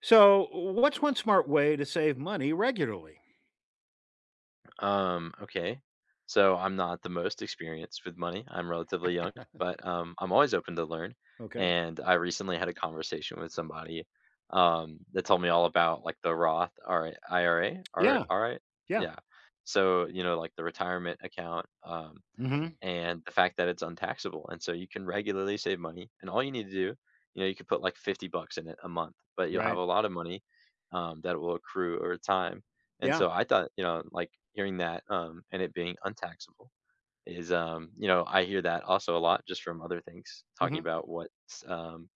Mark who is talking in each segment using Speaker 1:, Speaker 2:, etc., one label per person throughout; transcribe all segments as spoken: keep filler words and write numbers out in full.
Speaker 1: So, what's one smart way to save money regularly?
Speaker 2: Um, okay. So I'm not the most experienced with money. I'm relatively young, but um, I'm always open to learn.
Speaker 1: Okay.
Speaker 2: And I recently had a conversation with somebody um, that told me all about like the Roth RI I R A. All right.
Speaker 1: Yeah.
Speaker 2: All right.
Speaker 1: Yeah.
Speaker 2: Yeah. So, you know, like the retirement account. Um,
Speaker 1: Hmm.
Speaker 2: and the fact that it's untaxable, and so you can regularly save money, and all you need to do, you know, you could put like fifty bucks in it a month, but you'll have
Speaker 1: Right.
Speaker 2: a lot of money um, that will accrue over time. And
Speaker 1: Yeah.
Speaker 2: so I thought, you know, like hearing that um, and it being untaxable is, um, you know, I hear that also a lot just from other things talking
Speaker 1: Hmm.
Speaker 2: about what's, um,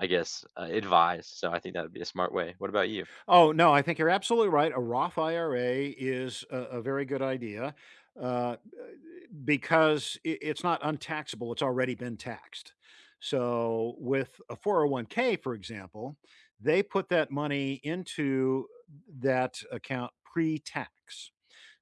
Speaker 2: I guess, uh, advised. So I think that would be a smart way. What about you?
Speaker 1: Oh, no, I think you're absolutely right. A Roth I R A is a, a very good idea, uh, because i- it's not untaxable, it's already been taxed. So, with a four zero one k, for example, they put that money into that account pre tax.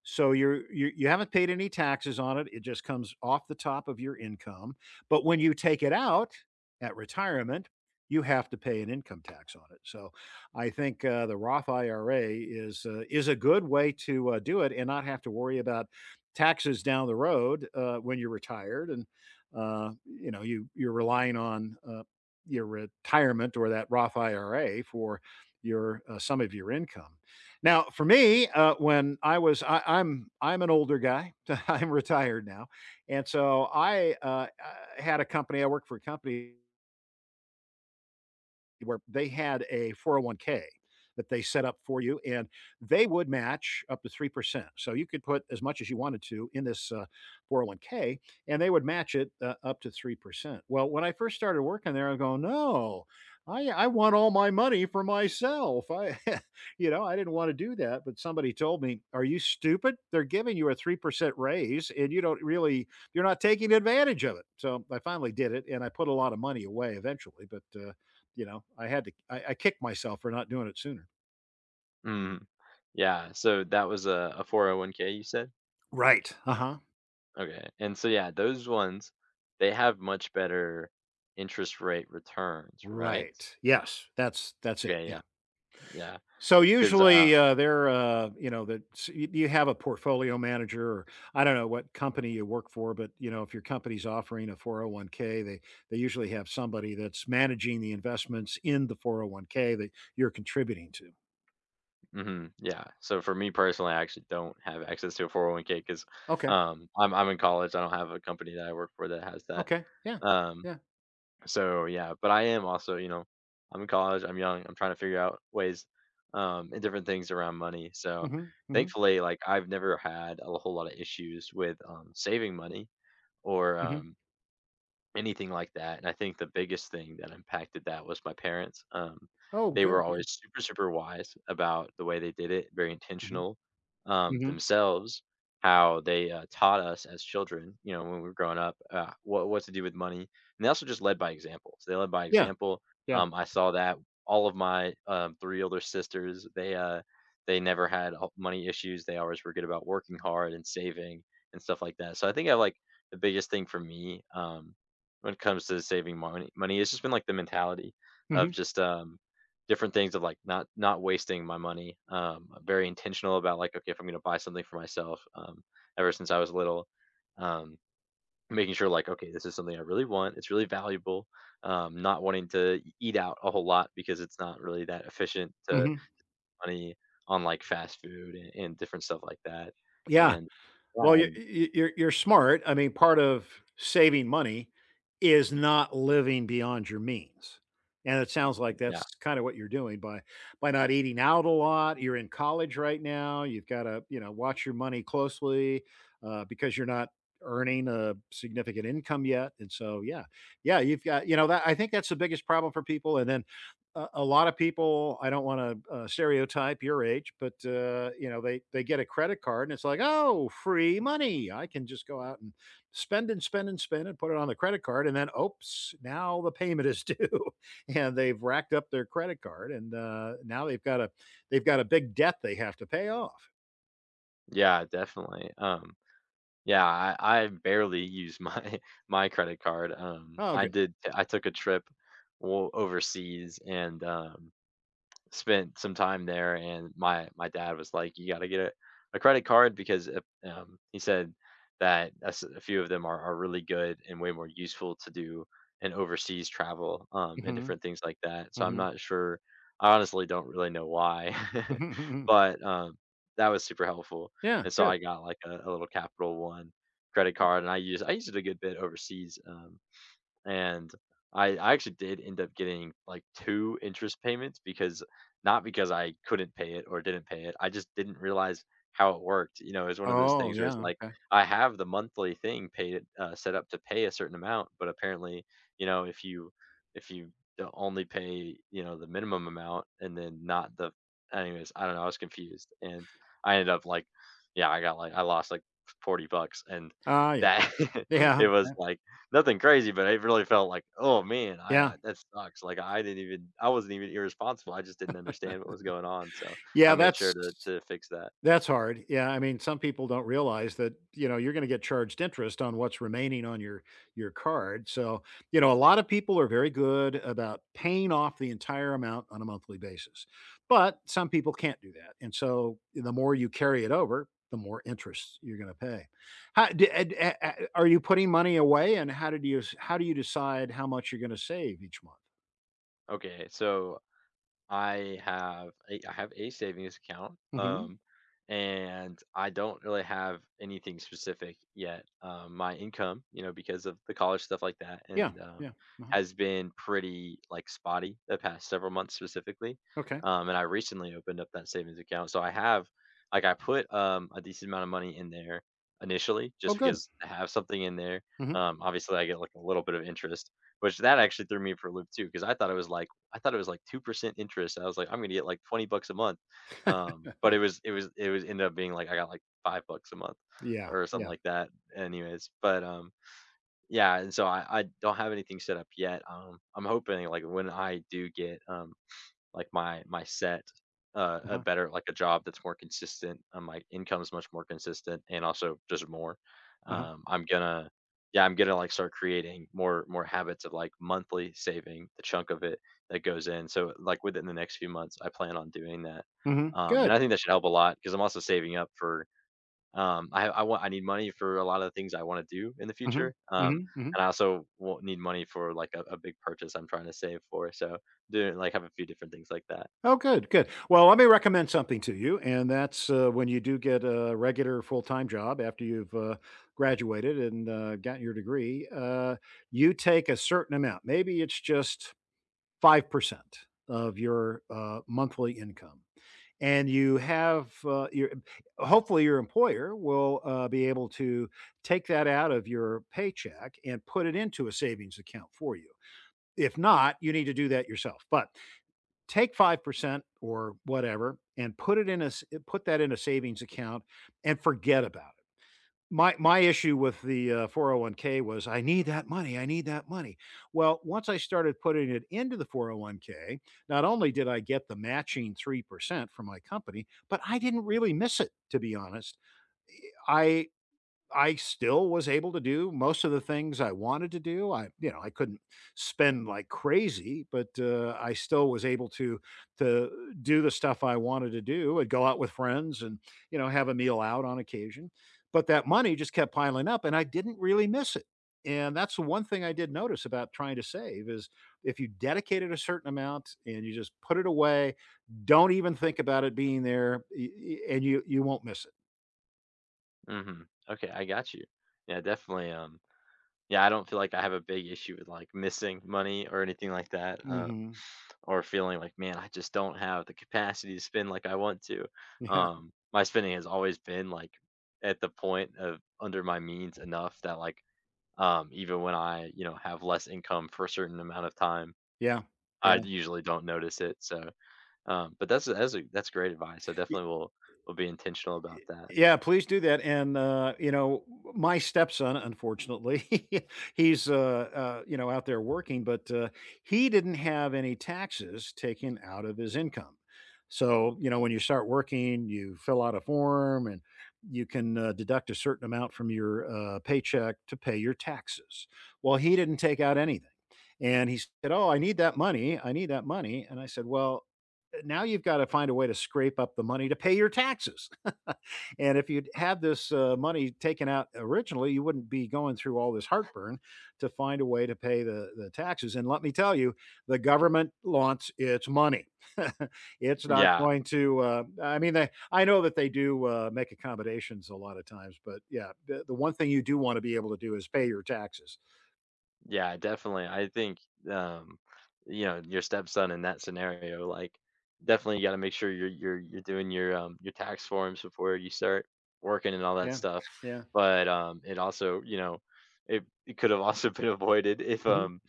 Speaker 1: So you're you you haven't paid any taxes on it. It just comes off the top of your income. But when you take it out at retirement, you have to pay an income tax on it. So I think uh, the Roth I R A is uh, is a good way to uh, do it and not have to worry about taxes down the road uh, when you're retired, and uh, you know you you're relying on uh, your retirement or that Roth I R A for your uh, some of your income. Now, for me, uh, when I was, I, I'm I'm an older guy. I'm retired now, and so I uh, uh, had a company. I worked for a company where they had a four oh one k that they set up for you, and they would match up to three percent. So you could put as much as you wanted to in this uh, four oh one k, and they would match it uh, up to three percent. Well, when I first started working there, I go, no, I, I want all my money for myself. I, you know, I didn't want to do that, but somebody told me, are you stupid? They're giving you a three percent raise and you don't really, you're not taking advantage of it. So I finally did it and I put a lot of money away eventually, but, uh, you know, I had to I, I kicked myself for not doing it sooner.
Speaker 2: Mm, yeah. So that was a, a four oh one k, you said?
Speaker 1: Right. Uh-huh.
Speaker 2: Okay, and so, yeah, those ones, they have much better interest rate returns, right?
Speaker 1: Right. Yes. That's that's it.
Speaker 2: Okay,
Speaker 1: Yeah.
Speaker 2: yeah, yeah,
Speaker 1: So
Speaker 2: 'cause, uh
Speaker 1: usually uh, they're uh, you know that s- you you have a portfolio manager, or I don't know what company you work for, but you know if your company's offering a four oh one k, they they usually have somebody that's managing the investments in the four oh one k that you're contributing to.
Speaker 2: mhm, yeah, so for me personally, I actually don't have access to a four oh one k 'cause,
Speaker 1: Okay.
Speaker 2: um, I'm I'm in college, I don't have a company that I work for that has that,
Speaker 1: Okay. Yeah.
Speaker 2: um,
Speaker 1: Yeah.
Speaker 2: so, yeah, but I am also, you know, I'm in college, I'm young, I'm trying to figure out ways, um, and different things around money, so,
Speaker 1: Hmm, hmm,
Speaker 2: thankfully, like, I've never had a whole lot of issues with, um, saving money or,
Speaker 1: hmm.
Speaker 2: um anything like that, and I think the biggest thing that impacted that was my parents, um,
Speaker 1: Oh,
Speaker 2: they were
Speaker 1: good. Yeah.
Speaker 2: always super, super wise about the way they did it, very
Speaker 1: Hmm,
Speaker 2: intentional, um,
Speaker 1: hmm.
Speaker 2: themselves, how they, uh, taught us as children, you know, when we were growing up, uh, what what to do with money, and they also just led by example, so they led by
Speaker 1: Yeah.
Speaker 2: example,
Speaker 1: Yeah.
Speaker 2: um, I saw that all of my, um, three older sisters, they, uh, they never had ho money issues, they always were good about working hard and saving and stuff like that, so I think I like the biggest thing for me, um, when it comes to saving money money. It's just been like the mentality of
Speaker 1: Hmm,
Speaker 2: just um different things of like not not wasting my money. Um I'm very intentional about like, okay, if I'm gonna buy something for myself um ever since I was little. Um Making sure like, okay, this is something I really want. It's really valuable. Um not wanting to e- eat out a whole lot because it's not really that efficient to
Speaker 1: hmm.
Speaker 2: money on like fast food and, and different stuff like that.
Speaker 1: Yeah.
Speaker 2: And yeah
Speaker 1: Well, you're
Speaker 2: and
Speaker 1: you're you're smart. I mean, part of saving money is not living beyond your means, and it sounds like
Speaker 2: yeah,
Speaker 1: that's kinda what you're doing by by not eating out a lot. You're in college right now. You've gotta, you know, watch your money closely, uh, because you're not earning a significant income yet, and so, yeah. Yeah, you've got you know, that I think that's the biggest problem for people, and then a a lot of people I don't wanna, uh, stereotype your age, but, uh, you know, they they get a credit card and it's like, "Oh, free money. I can just go out and spend and spend and spend and put it on the credit card," and then, "Oops, now the payment is due," and they've racked up their credit card, and, uh, now they've got a they've got a big debt they have to pay off.
Speaker 2: yeah, definitely. Um Yeah, I I barely use my my credit card, um,
Speaker 1: Oh,
Speaker 2: I
Speaker 1: good.
Speaker 2: did I took a trip o overseas and, um spent some time there, and my my dad was like, "You gotta get a, a credit card because if, um, he said that a, s- a few of them are, are really good and way more useful to do in overseas travel um, and
Speaker 1: Mhm.
Speaker 2: different things like that." So I'm
Speaker 1: Mhm.
Speaker 2: not sure. I honestly don't really know why, but um, that was super helpful.
Speaker 1: Yeah,
Speaker 2: And so
Speaker 1: good.
Speaker 2: I got like a, a little Capital One credit card, and I use I used it a good bit overseas um, and I I actually did end up getting, like, two interest payments because not because I couldn't pay it or didn't pay it, I just didn't realize how it worked. You know, it's one of those
Speaker 1: Oh,
Speaker 2: things where it's
Speaker 1: yeah,
Speaker 2: like,
Speaker 1: okay.
Speaker 2: I have the monthly thing paid uh, set up to pay a certain amount, but apparently, you know, if you if you do only pay, you know, the minimum amount and then not the anyways, I don't know, I was confused, and I ended up, like, yeah, I got, like, I lost, like, forty bucks, and
Speaker 1: Ah, yeah.
Speaker 2: that
Speaker 1: Yeah,
Speaker 2: it was,
Speaker 1: yeah,
Speaker 2: like, nothing crazy, but it really felt like, "Oh, man, I,
Speaker 1: yeah.
Speaker 2: uh that sucks." Like, I didn't even I wasn't even irresponsible, I just didn't understand what was going on, so
Speaker 1: Yeah,
Speaker 2: I made sure
Speaker 1: that's
Speaker 2: to to fix that.
Speaker 1: That's hard. Yeah, I mean, some people don't realize that, you know, you're gonna get charged interest on what's remaining on your your card, so, you know, a lot of people are very good about paying off the entire amount on a monthly basis, but some people can't do that, and so, the more you carry it over, the more interest you're gonna pay. How d a- a- a- are you putting money away, and how did you how do you decide how much you're gonna save each month?
Speaker 2: Okay, so, I have a I have a savings account,
Speaker 1: Mhm.
Speaker 2: um, and I don't really have anything specific yet. Um, my income, you know, because of the college stuff like that,
Speaker 1: Yeah,
Speaker 2: and um,
Speaker 1: yeah, uh
Speaker 2: has been pretty like spotty the past several months specifically.
Speaker 1: okay.
Speaker 2: Um, and I recently opened up that savings account, so I have like I put um, a decent amount of money in there initially,
Speaker 1: Oh,
Speaker 2: just
Speaker 1: good.
Speaker 2: because I have something in there.
Speaker 1: Mhm.
Speaker 2: Um, obviously, I get like a little bit of interest, which that actually threw me for a loop too, because I thought it was like I thought it was like two percent interest, and I was like, "I'm gonna get, like, twenty bucks a month." Um, but it was it was it was ended up being like I got, like, five bucks a month
Speaker 1: Yeah,
Speaker 2: or something
Speaker 1: yeah.
Speaker 2: like that anyways, but, um, yeah, and so I I don't have anything set up yet, um, I'm hoping, like, when I do get, um, like my my set uh, a
Speaker 1: Uh-huh.
Speaker 2: better like a job that's more consistent. Um, my income's much more consistent and also just more.
Speaker 1: Uh-huh.
Speaker 2: Um, I'm gonna yeah, I'm gonna like start creating more more habits of like monthly saving the chunk of it that goes in. So like within the next few months, I plan on doing that.
Speaker 1: Mhm.
Speaker 2: Um, and I
Speaker 1: Good.
Speaker 2: think that should help a lot because I'm also saving up for um, I I want I need money for a lot of the things I wanna do in the
Speaker 1: Mhm.
Speaker 2: future, um,
Speaker 1: Mhm. Mhm.
Speaker 2: and I also won't need money for, like, a a big purchase I'm trying to save for, so doing like, have a few different things like that.
Speaker 1: Oh, good, good. Well, let me recommend something to you, and that's, uh, when you do get a regular full-time job after you've, uh, graduated and, uh, gotten your degree, uh, you take a certain amount. Maybe it's just five percent of your, uh, monthly income, and you have, uh, your hopefully, your employer will, uh, be able to take that out of your paycheck and put it into a savings account for you. If not, you need to do that yourself. But take five percent or whatever and put it in a put that in a savings account and forget about it. My my issue with the uh, four oh one k was I need that money. I need that money. Well, once I started putting it into the four oh one k, not only did I get the matching three percent from my company, but I didn't really miss it to be honest. I I still was able to do most of the things I wanted to do. I, you know, I couldn't spend like crazy, but uh, I still was able to to do the stuff I wanted to do. I'd go out with friends and you know have a meal out on occasion, but that money just kept piling up, and I didn't really miss it. And that's the one thing I did notice about trying to save is if you dedicated a certain amount and you just put it away, don't even think about it being there, y- y- and you you won't miss it.
Speaker 2: Mhm. Okay, I got you. Yeah, definitely, um yeah, I don't feel like I have a big issue with, like, missing money or anything like that, um,
Speaker 1: Hmm.
Speaker 2: or feeling like, "Man, I just don't have the capacity to spend like I want to."
Speaker 1: Yeah,
Speaker 2: Um, my spending has always been, like, at the point of under my means enough that, like, um, even when I, you know, have less income for a certain amount of time,
Speaker 1: yeah,
Speaker 2: I
Speaker 1: yeah.
Speaker 2: usually don't notice it. So, um, but that's that's a, that's great advice. I
Speaker 1: Y
Speaker 2: definitely will will be intentional about that.
Speaker 1: yeah, please do that, and, uh, you know, my stepson, unfortunately, he's, uh uh, you know, out there working, but, uh, he didn't have any taxes taken out of his income. So, you know, when you start working, you fill out a form, and you can, uh, deduct a certain amount from your, uh, paycheck to pay your taxes. Well, he didn't take out anything, and he said, "Oh, I need that money, I need that money," and I said, "Well, now you've gotta find a way to scrape up the money to pay your taxes." And if you'd had this uh, money taken out originally, you wouldn't be going through all this heartburn to find a way to pay the, the taxes. And let me tell you, the government wants its money. It's not
Speaker 2: Yeah,
Speaker 1: going to. Uh, I mean, they, I know that they do uh, make accommodations a lot of times, but yeah, the, the one thing you do want to be able to do is pay your taxes.
Speaker 2: yeah, definitely. I think um, you know, your stepson in that scenario, like, definitely you got to make sure you're you're you're doing your um your tax forms before you start working and all that
Speaker 1: Yeah,
Speaker 2: stuff.
Speaker 1: yeah,
Speaker 2: But um, it also, you know, it, it could have also been avoided if
Speaker 1: hmm,
Speaker 2: um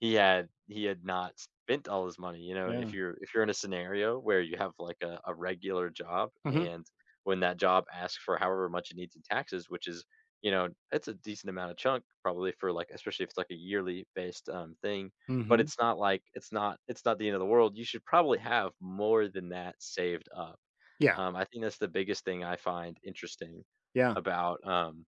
Speaker 2: he had he had not spent all his money. You know, if
Speaker 1: yeah,
Speaker 2: you're if you're in a scenario where you have like a, a regular job
Speaker 1: hmm,
Speaker 2: and when that job asks for however much it needs in taxes, which is, you know, it's a decent amount of chunk probably for like, especially if it's like a yearly based um thing. But
Speaker 1: hmm,
Speaker 2: it's not like it's not it's not the end of the world. You should probably have more than that saved up.
Speaker 1: yeah,
Speaker 2: Um, I think that's the biggest thing I find interesting
Speaker 1: yeah,
Speaker 2: about um,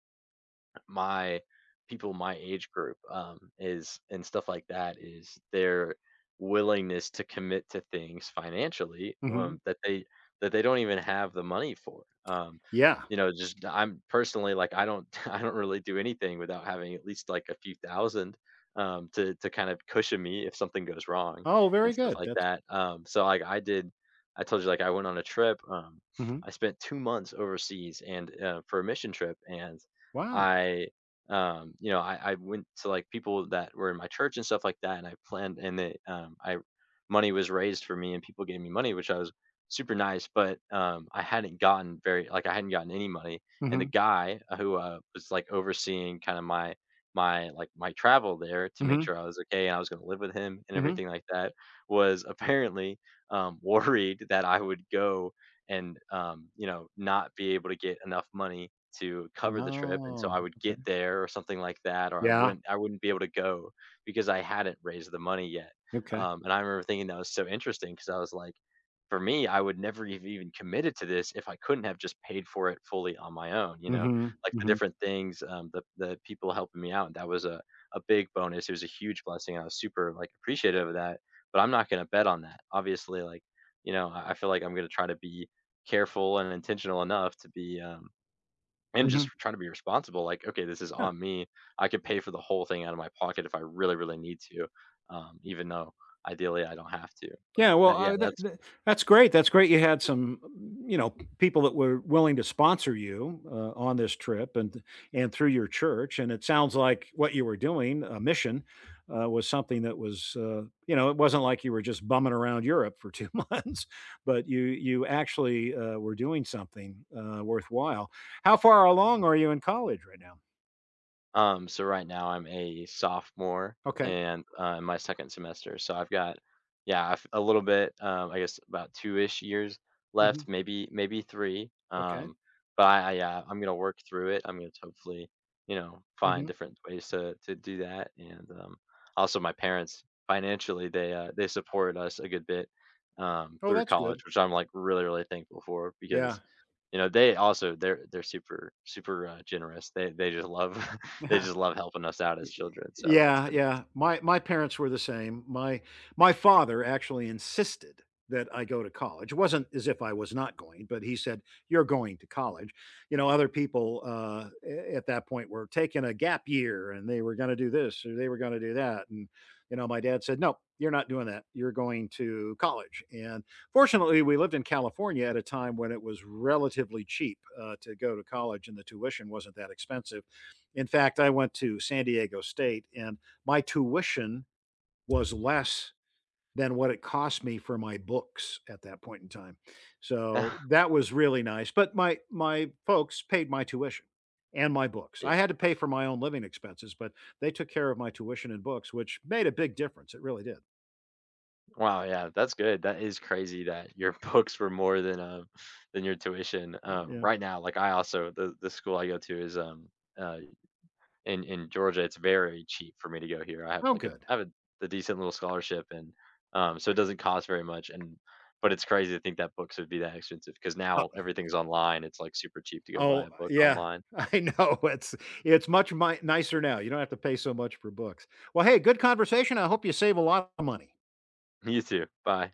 Speaker 2: my people my age group um, is and stuff like that is their willingness to commit to things financially
Speaker 1: hmm,
Speaker 2: um, that they that they don't even have the money for. Um,
Speaker 1: yeah.
Speaker 2: you know, just I'm personally like I don't I don't really do anything without having at least like a few thousand um, to to kind of cushion me if something goes wrong
Speaker 1: Oh,
Speaker 2: and
Speaker 1: very
Speaker 2: stuff
Speaker 1: good.
Speaker 2: like
Speaker 1: That's
Speaker 2: that. Um, so like I did. I told you like I went on a trip. Um,
Speaker 1: Mhm.
Speaker 2: I spent two months overseas and uh, for a mission trip, and
Speaker 1: Wow.
Speaker 2: I, um, you know, I, I went to like people that were in my church and stuff like that, and I planned, and they, um, I, money was raised for me, and people gave me money, which I was super nice, but um, I hadn't gotten very, like, I hadn't gotten any money, and the
Speaker 1: Hmm,
Speaker 2: guy uh, who uh, was like overseeing kind of my my like my travel there to make
Speaker 1: hmm,
Speaker 2: sure I was okay and I was going to live with him and
Speaker 1: hmm.
Speaker 2: everything like that was apparently um, worried that I would go and um, you know, not be able to get enough money to cover the trip, and so
Speaker 1: Oh,
Speaker 2: I would
Speaker 1: okay.
Speaker 2: get there or something like that, or I
Speaker 1: Yeah,
Speaker 2: wouldn't I wouldn't be able to go because I hadn't raised the money yet.
Speaker 1: okay.
Speaker 2: Um, and I remember thinking that was so interesting because I was like, for me, I would never have even committed to this if I couldn't have just paid for it fully on my own. You know,
Speaker 1: Mhm,
Speaker 2: like the
Speaker 1: mhm,
Speaker 2: different things, um, the the people helping me out. That was a a big bonus. It was a huge blessing, and I was super like appreciative of that. But I'm not going to bet on that. Obviously, like, you know, I I feel like I'm going to try to be careful and intentional enough to be um, and just
Speaker 1: mhm.
Speaker 2: trying to be responsible, like, okay, this is
Speaker 1: Yeah,
Speaker 2: on me, I could pay for the whole thing out of my pocket if I really really need to, um, even though ideally I don't have to, but
Speaker 1: yeah, well,
Speaker 2: that yeah
Speaker 1: uh, that
Speaker 2: that's
Speaker 1: that that's great, that's great you had some, mm, you know, people that were willing to sponsor you, uh, on this trip and and through your church, and it sounds like what you were doing, a mission, uh, was something that was, uh, you know, it wasn't like you were just bumming around Europe for two months, but you you actually, uh, were doing something, uh, worthwhile. How far along are you in college right now?
Speaker 2: Um, so right now I'm a sophomore
Speaker 1: Okay.
Speaker 2: and uh, in my second semester. So I've got, yeah, I've- a little bit, um, I guess about two-ish years
Speaker 1: Mhm.
Speaker 2: left, maybe maybe three.
Speaker 1: Okay.
Speaker 2: Um, but I, I, yeah, I'm gonna work through it. I'm gonna hopefully, you know, find
Speaker 1: Mhm.
Speaker 2: different ways to to do that. And um, also my parents financially, they uh, they supported us a good bit um,
Speaker 1: Oh,
Speaker 2: through
Speaker 1: that's good.
Speaker 2: college, which I'm like really really thankful for
Speaker 1: Yeah.
Speaker 2: because you know they also they're they're super super uh, generous they they just love they just love helping us out as children, so it's
Speaker 1: Yeah. Yeah,
Speaker 2: been
Speaker 1: yeah. My my parents were the same. My my father actually insisted that I go to college. It wasn't as if I was not going, but he said, "You're going to college." You know, other people, uh, a at that point were taking a gap year, and they were gonna do this, or they were gonna do that, and, you know, my dad said, "No, you're not doing that. You're going to college," and fortunately, we lived in California at a time when it was relatively cheap, uh, to go to college, and the tuition wasn't that expensive. In fact, I went to San Diego State and my tuition was less than what it cost me for my books at that point in time. So that was really nice, but my my folks paid my tuition and my books. I
Speaker 2: yeah.
Speaker 1: had to pay for my own living expenses, but they took care of my tuition and books, which made a big difference. It really did.
Speaker 2: Wow, yeah, that's good. That is crazy that your books were more than, um, than your tuition. Um,
Speaker 1: Yeah.
Speaker 2: right now, like, I also the the school I go to is, um, uh, in in Georgia, it's very cheap for me to go here. I have,
Speaker 1: Oh,
Speaker 2: like, a
Speaker 1: good.
Speaker 2: I have a a decent little scholarship and, um, so it doesn't cost very much and but it's crazy to think that books would be that expensive because
Speaker 1: Oh
Speaker 2: now everything's online, it's, like, super cheap to go buy
Speaker 1: oh,
Speaker 2: a book
Speaker 1: yeah.
Speaker 2: online.
Speaker 1: I know. It's it's much mi nicer now. You don't have to pay so much for books. Well, hey, good conversation. I hope you save a lot of money.
Speaker 2: You too. Bye.